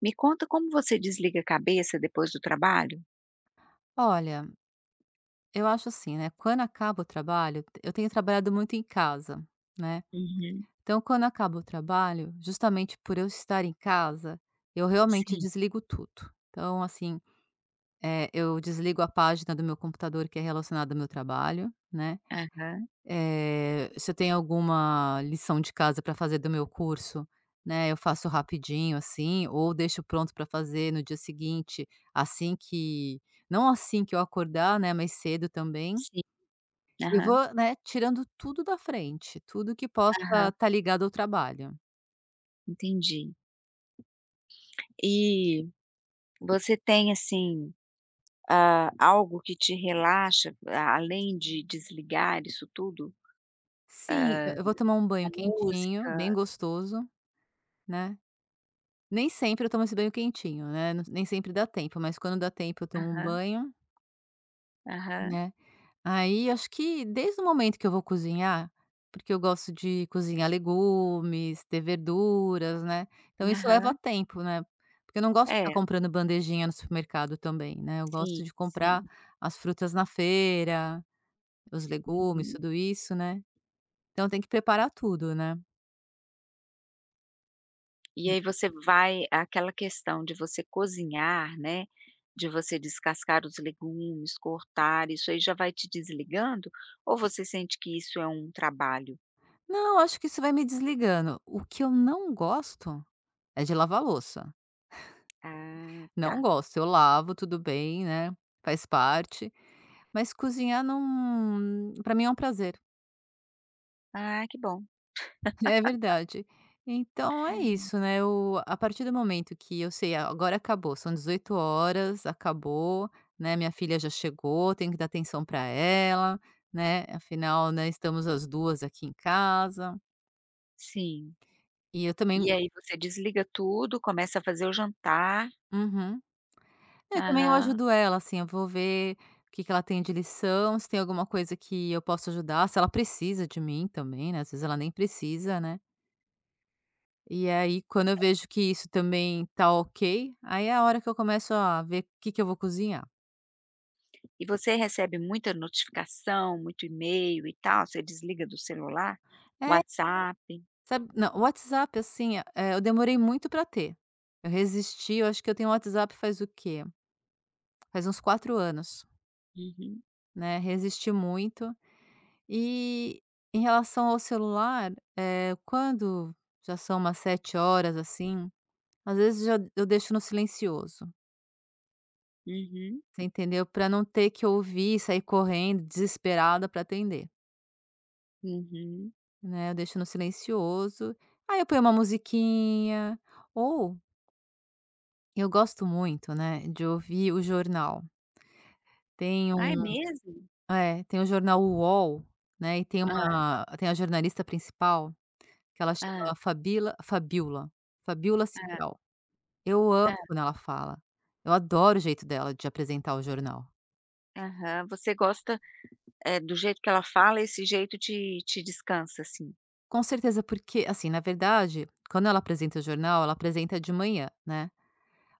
Me conta como você desliga a cabeça depois do trabalho? Olha, eu acho assim, né, quando acaba o trabalho eu tenho trabalhado muito em casa, né, Uhum, então quando acaba o trabalho, justamente por eu estar em casa, eu realmente sim. desligo tudo. Então assim, eu desligo a página do meu computador que é relacionada ao meu trabalho, né, Aham, se eu tenho alguma lição de casa para fazer do meu curso, né, eu faço rapidinho, assim, ou deixo pronto para fazer no dia seguinte, assim que não assim que eu acordar, né, mas cedo também. sim. Eu Aham, vou, né, tirando tudo da frente, tudo que possa aham, estar ligado ao trabalho. entendi. E você tem, assim, algo que te relaxa, a além de desligar isso tudo? Sim, Hã, eu vou tomar um a banho quentinho, música? bem gostoso, né. Nem sempre eu tomo esse banho quentinho, né, n nem sempre dá tempo, mas quando dá tempo eu tomo um Aham, banho, aham, né. Aí acho que desde o momento que eu vou cozinhar, porque eu gosto de cozinhar legumes, ter verduras, né, então isso leva aham. tempo, né, porque eu não gosto de É, ficar comprando bandejinha no supermercado também, né, eu sim, gosto de comprar sim. as frutas na feira, os legumes, Uhum. tudo isso, né. Então tem que preparar tudo, né. E aí você vai aquela questão de você cozinhar, né, de você descascar os legumes, cortar, isso aí já vai te desligando? Ou você sente que isso é um trabalho? Não, acho que isso vai me desligando. O que eu não gosto é de lavar louça. Ah, tá. Não gosto, eu lavo, tudo bem, né, faz parte, mas cozinhar não para mim é um prazer. Ah, que bom. É verdade. Então é isso, né, eu a partir do momento que eu sei: "Ah, agora acabou, são 18 horas acabou, né, minha filha já chegou, tenho que dar atenção para ela", né, afinal, né, estamos as 2 aqui em casa. Sim. E eu também. E aí você desliga tudo, começa a fazer o jantar. Uhum. É, também eu Aham. ajudo ela, assim, eu vou ver o que que ela tem de lição, se tem alguma coisa que eu posso ajudar, se ela precisa de mim também, né, às vezes ela nem precisa, né. E aí quando eu vejo que isso também tá ok, aí é a hora que eu começo a ver o que que eu vou cozinhar. E você recebe muita notificação, muito e-mail e tal? Você desliga do celular? É, WhatsApp? sabe não, o WhatsApp, assim, eu demorei muito pra ter. Eu resisti, eu acho que eu tenho WhatsApp faz o quê? Faz uns 4 anos, Uhum, né, resisti muito. E em relação ao celular, quando já são umas 7 horas, assim, às vezes já eu deixo no silencioso, uhum, você entendeu? Para não ter que ouvir, sair correndo desesperada para atender, uhum. né, eu deixo no silencioso, aí eu ponho uma musiquinha, ou eu gosto muito, né, de ouvir o jornal. Tem Ah, é um mesmo? É, tem o jornal UOL, né, e tem Hã, uma tem a jornalista principal que ela hã, chama Fabila Fabiola, Fabiola hã, Cidral. Eu amo quando ela fala. Eu adoro o jeito dela de apresentar o jornal. aham. Você gosta, do jeito que ela fala, esse jeito te descansa, assim. Com certeza, porque, assim, na verdade, quando ela apresenta o jornal, ela apresenta de manhã, né.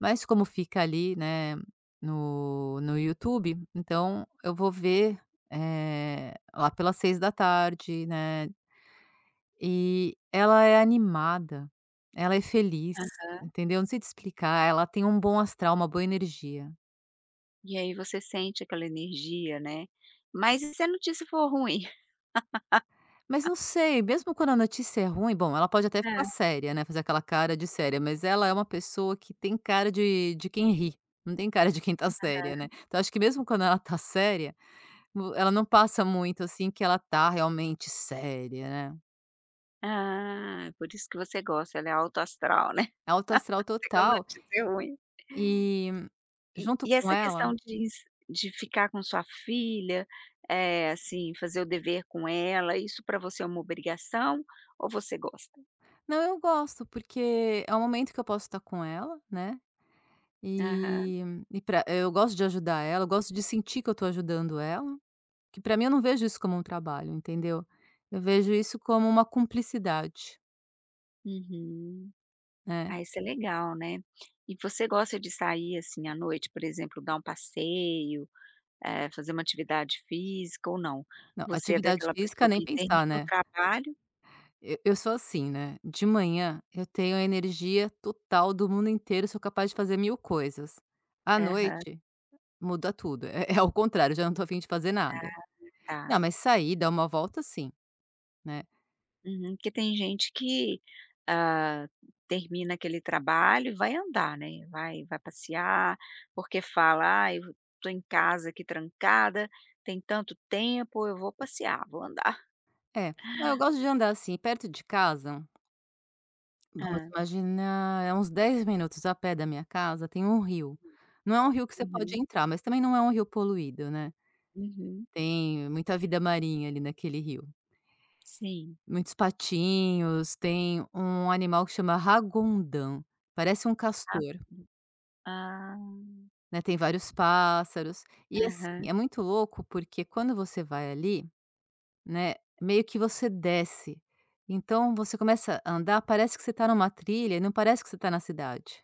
Mas como fica ali, né, no YouTube, então eu vou ver, lá pelas 6 da tarde, né. E ela é animada, ela é feliz, entendeu. Não sei te explicar, ela tem um bom astral, uma boa energia. E aí você sente aquela energia, né. Mas e se a notícia for ruim? Mas não sei, mesmo quando a notícia é ruim, bom, ela pode até ficar É. séria, né, fazer aquela cara de séria, mas ela é uma pessoa que tem cara de quem ri, não tem cara de quem tá séria, né. Então acho que mesmo quando ela tá séria, vo ela não passa muito, assim, que ela tá realmente séria, né. Ah, por isso que você gosta, ela é alto astral, né. É alto astral Se a total notícia é ruim. e E junto e com essa ela questão de s de ficar com sua filha, assim, fazer o dever com ela, isso para você é uma obrigação ou você gosta? não, eu gosto, porque é um momento que eu posso estar com ela, né, Aham. e e pra eu gosto de ajudar ela, eu gosto de sentir que eu tô ajudando ela. Que para mim eu não vejo isso como um trabalho, entendeu? Eu vejo isso como uma cumplicidade, Uhum. né. Ah, isso é legal, né. E você gosta de sair, assim, à noite, por exemplo, dar um passeio, fazer uma atividade física ou não? Não, Você é atividade daquela física pessoa nem que pensar, termina o né. trabalho. Eu sou assim, né, de manhã eu tenho a energia total do mundo inteiro, sou capaz de fazer 1000 coisas. À Aham, noite, muda tudo, é ao contrário, já não tô afim de fazer nada. tá. Não, mas sair, dar uma volta sim, né. Uhum, porque tem gente que, hã, termina aquele trabalho e vai andar, né, vai passear, porque fala: "Ai, eu tô em casa aqui trancada, tem tanto tempo, eu vou passear, vou andar". É, eu gosto de andar assim, perto de casa. Vamos Hã. imaginar, é uns 10 minutos a pé da minha casa tem um rio. Não é um rio que você pode Uhum, entrar, mas também não é um rio poluído, né. uhum. Tem muita vida marinha ali naquele rio. Sim. Muitos patinhos, tem um animal que chama ragondã, parece um Ah. castor, Ah, né, tem vários pássaros. E assim, aham. é muito louco porque quando você vai ali, né, meio que você desce. Então você começa a andar, parece que você está numa trilha e não parece que você está na cidade.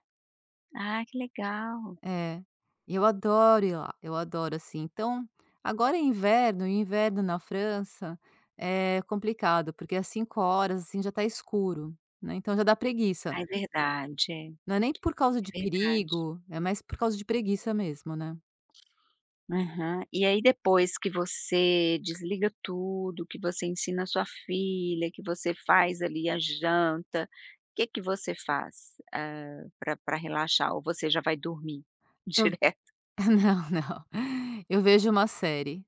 Ah, que legal. É, e eu adoro ir lá, eu adoro, assim. Então, agora é inverno, e inverno na França é complicado, porque às 5 horas assim, já tá escuro, né, então já dá preguiça. Ah, é verdade, é, é Não é nem por causa de verdade. perigo, é mais por causa de preguiça mesmo, né. Aham. E aí depois que você desliga tudo, que você ensina a sua filha, que você faz ali a janta, o que que você faz, para relaxar ou você já vai dormir Eu direto? não, não. Eu vejo uma série,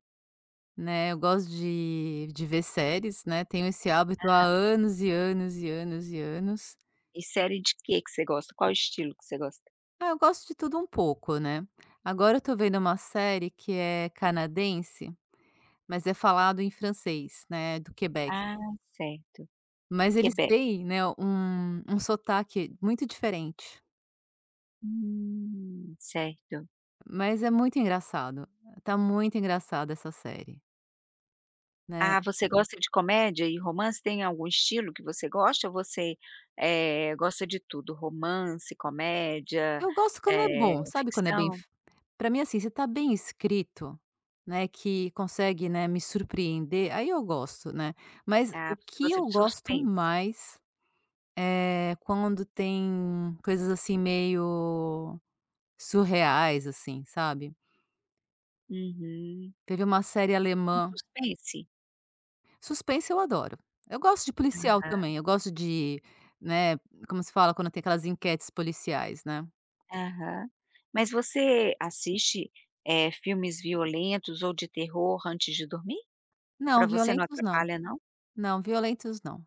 né, eu gosto de ver séries, né, tenho esse hábito há anos e anos e anos e anos. E série de que você gosta? Qual estilo que você gosta? Ah, eu gosto de tudo um pouco, né. Agora eu tô vendo uma série que é canadense, mas é falado em francês, né, do Quebec. Ah, certo. Mas eles Quebec. têm, né, um sotaque muito diferente, Certo. mas é muito engraçado. Tá muito engraçada essa série, né. Ah, você gosta de comédia e romance? Tem algum estilo que você gosta ou você, gosta de tudo? Romance, comédia, Eu gosto quando é bom, sabe quando é bem ficção? f pra mim, assim, se tá bem escrito, né, que consegue, né, me surpreender, aí eu gosto, né. Mas Ah, o você que gosta eu de gosto suspense. mais. Quando tem coisas, assim, meio surreais, assim, sabe. Uhum. Teve uma série Tipo um alemã. suspense? Suspense eu adoro. Eu gosto de policial Aham. também, eu gosto de, né, como se fala quando tem aquelas enquetes policiais, né. Mas você assiste, filmes violentos ou de terror antes de dormir? Não, Para você não violentos não. atrapalha não? Não, violentos não.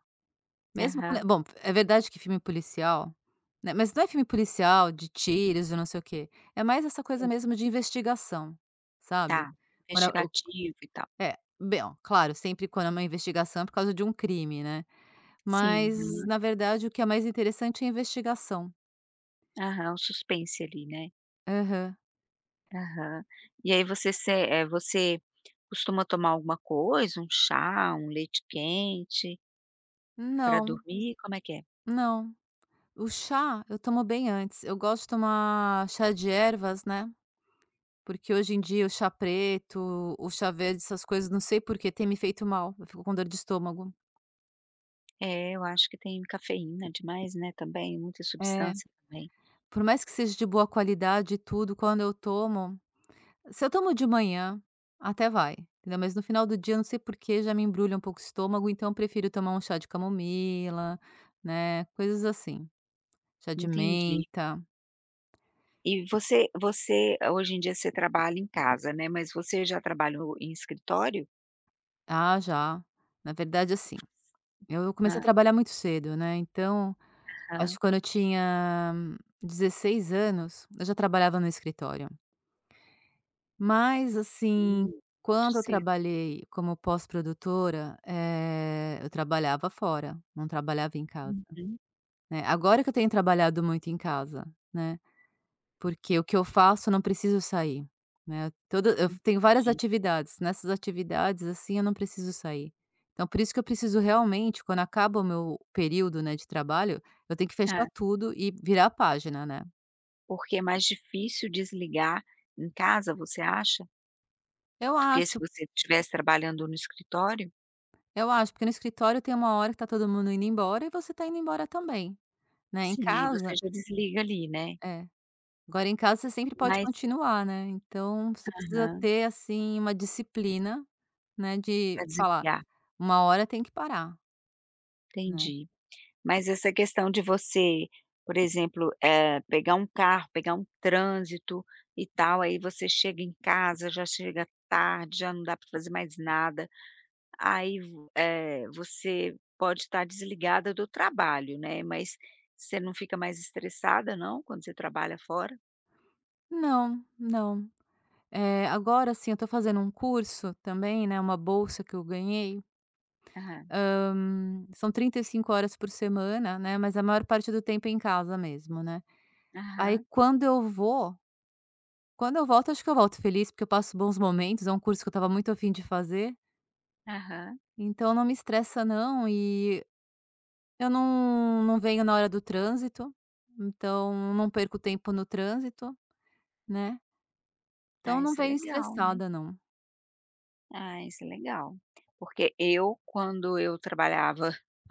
Mesmo quando é Aham, bom, é verdade que filme policial, né, mas não é filme policial de tiros e não sei o quê, é mais essa coisa sim. mesmo de investigação, sabe. Tá, Quando a investigativo e tal. É, bom, claro, sempre quando é uma investigação é por causa de um crime, né. Sim, Mas, aham. na verdade, o que é mais interessante é a investigação. Aham, o suspense ali, né. Aham. Aham. E aí você se eh, você costuma tomar alguma coisa, um chá, um leite quente para Não, dormir? Como é que é? não. O chá eu tomo bem antes. Eu gosto de tomar chá de ervas, né, porque hoje em dia o chá preto, o chá verde, essas coisas, não sei por que, tem me feito mal, eu fico com dor de estômago. É, eu acho que tem cafeína demais, né, também, muita É, substância também. por mais que seja de boa qualidade e tudo, quando eu tomo se eu tomo de manhã, até vai, entendeu? Mas no final do dia, não sei por que, já me embrulha um pouco o estômago, então eu prefiro tomar um chá de camomila, né, coisas assim. Chá de Entendi. menta. E você hoje em dia você trabalha em casa, né, mas você já trabalhou em escritório? Ah, já. Na verdade, assim, eu comecei a trabalhar muito cedo, né, então, acho Aham. que quando eu tinha 16 anos, eu já trabalhava no escritório. Mas, assim, Hum, muito quando eu cedo. trabalhei como pós-produtora, eu trabalhava fora, não trabalhava em casa. Uhum, Né, agora que eu tenho trabalhado muito em casa, né, porque o que eu faço eu não preciso sair, né, toda eu tenho várias entendi. atividades, nessas atividades, assim, eu não preciso sair. Então por isso que eu preciso realmente, quando acaba o meu período, né, de trabalho, eu tenho que É, fechar tudo e virar a página, né. porque é mais difícil desligar em casa, você acha? Eu Do que se acho, você estivesse trabalhando no escritório. eu acho, porque no escritório tem uma hora que tá todo mundo indo embora e você tá indo embora também, né, em Sim, aí você casa já desliga ali, né. é. Agora em casa você sempre pode Mas continuar, né, então você precisa aham, ter, assim, uma disciplina, né, de pra falar: desligar, "Uma hora tem que parar", né. entendi. Mas essa questão de você, por exemplo, pegar um carro, pegar um trânsito e tal, aí você chega em casa, já chega tarde, já não dá para fazer mais nada, você pode estar desligada do trabalho, né, mas você não fica mais estressada não, quando você trabalha fora? Não, não. Agora, sim eu tô fazendo um curso também, né, uma bolsa que eu ganhei, Aham, são 35 horas por semana, né, mas a maior parte do tempo é em casa mesmo, né. Aí aham, quando eu volto, acho que eu volto feliz, porque eu passo bons momentos, é um curso que eu estava muito afim de fazer, aham. então não me estressa não. E eu não venho na hora do trânsito, então não perco tempo no trânsito, né, então Ah, não isso é venho legal, né. estressada não. Ah, isso é legal. Porque eu, quando eu trabalhava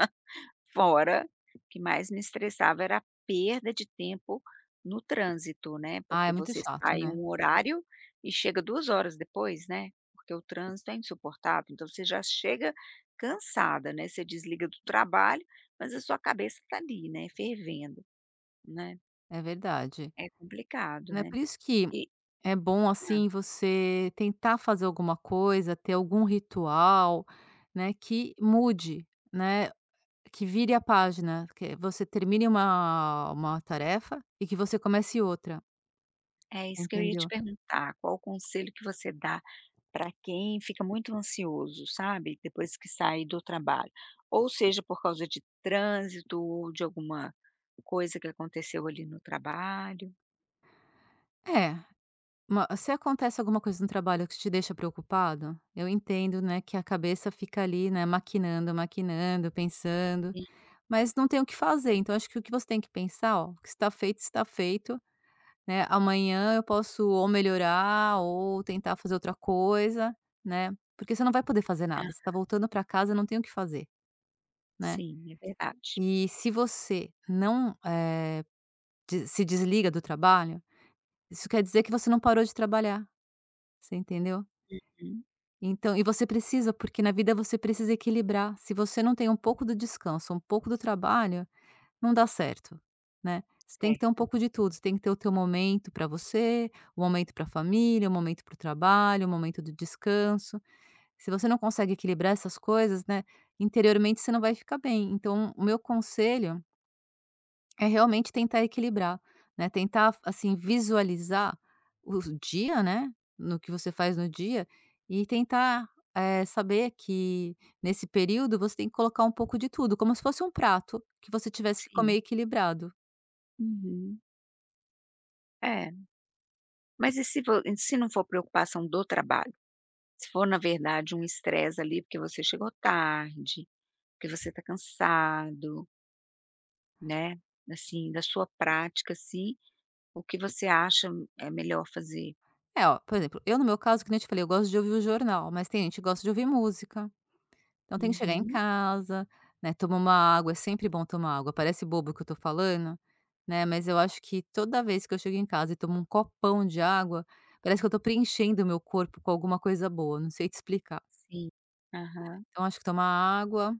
fora, o que mais me estressava era a perda de tempo no trânsito, né, Ah, é porque muito você chato, sai em né, um horário e chega 2 horas depois, né, porque o trânsito é insuportável, então você já chega cansada, né, você desliga do trabalho, mas a sua cabeça tá ali, né, fervendo, né. é verdade. É complicado, Né, né. por isso que E é bom, hã, assim, você tentar fazer alguma coisa, ter algum ritual, né, que mude, né, que vire a página, que você termine uma tarefa e que você comece outra, é isso que eu ia te entendeu? perguntar, qual o conselho que você dá para quem fica muito ansioso, sabe, depois que sai do trabalho, ou seja por causa de trânsito ou de alguma coisa que aconteceu ali no trabalho. É. Ma Se acontece alguma coisa no trabalho que te deixa preocupado, eu entendo, né, que a cabeça fica ali, né, maquinando, maquinando, pensando, Sim, mas não tem o que fazer. Então acho que o que você tem que pensar, ó, o que está feito, né, amanhã eu posso ou melhorar ou tentar fazer outra coisa, né, porque você não vai poder fazer ah. nada, você está voltando para casa, não tem o que fazer, né. Sim, é verdade. E se você não, de se desliga do trabalho, isso quer dizer que você não parou de trabalhar, você entendeu? Uhum, Então e você precisa, porque na vida você precisa equilibrar. Se você não tem um pouco do descanso, um pouco do trabalho, não dá certo, né. Você tem que ter um certo. pouco de tudo, você tem que ter o teu momento para você, o momento para a família, o momento para o trabalho, o momento do descanso. Se você não consegue equilibrar essas coisas, né, interiormente você não vai ficar bem. Então o meu conselho é realmente tentar equilibrar, né, tentar, assim, visualizar o dia, né, no que você faz no dia e tentar, saber que nesse período você tem que colocar um pouco de tudo, como se fosse um prato que você tivesse que Sim. comer equilibrado. Uhum. É, mas e se não for preocupação do trabalho? Se for na verdade um estresse ali porque você chegou tarde, porque você está cansado, né, assim, da sua prática, assim, o que você acha é melhor fazer? É, ó, por exemplo, eu no meu caso, que nem eu te falei, eu gosto de ouvir o jornal, mas tem gente que gosta de ouvir música. Então tem que chegar em Uhum. casa, né, tomar uma água, é sempre bom tomar água, parece bobo o que eu tô falando, né, mas eu acho que toda vez que eu chego em casa e tomo um copão de água, parece que eu tô preenchendo o meu corpo com alguma coisa boa, não sei te explicar. Sim. Aham. Então acho que tomar água,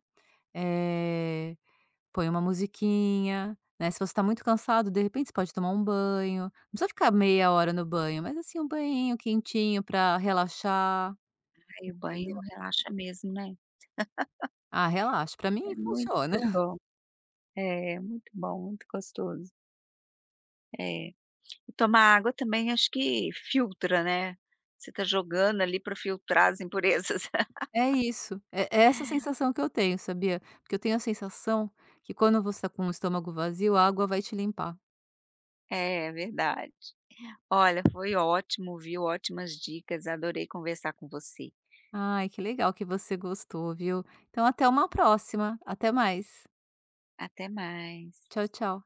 eh, põe uma musiquinha, né, se você tá muito cansado, de repente você pode tomar um banho, não precisa ficar meia hora no banho, mas assim, um banhinho quentinho pra relaxar, Aí o entendeu. banho relaxa mesmo, né. Ah, relaxa, pra mim É muito funciona. bom. É, muito bom, muito gostoso. É. E tomar água também acho que filtra, né. Você tá jogando ali para filtrar as impurezas. É isso, é essa sensação que eu tenho, sabia? Porque eu tenho a sensação que quando você está com o estômago vazio, a água vai te limpar. É, verdade. Olha, foi ótimo, viu, ótimas dicas, adorei conversar com você. Ai, que legal que você gostou, viu? Então até uma próxima, até mais. Até mais. Tchau, tchau.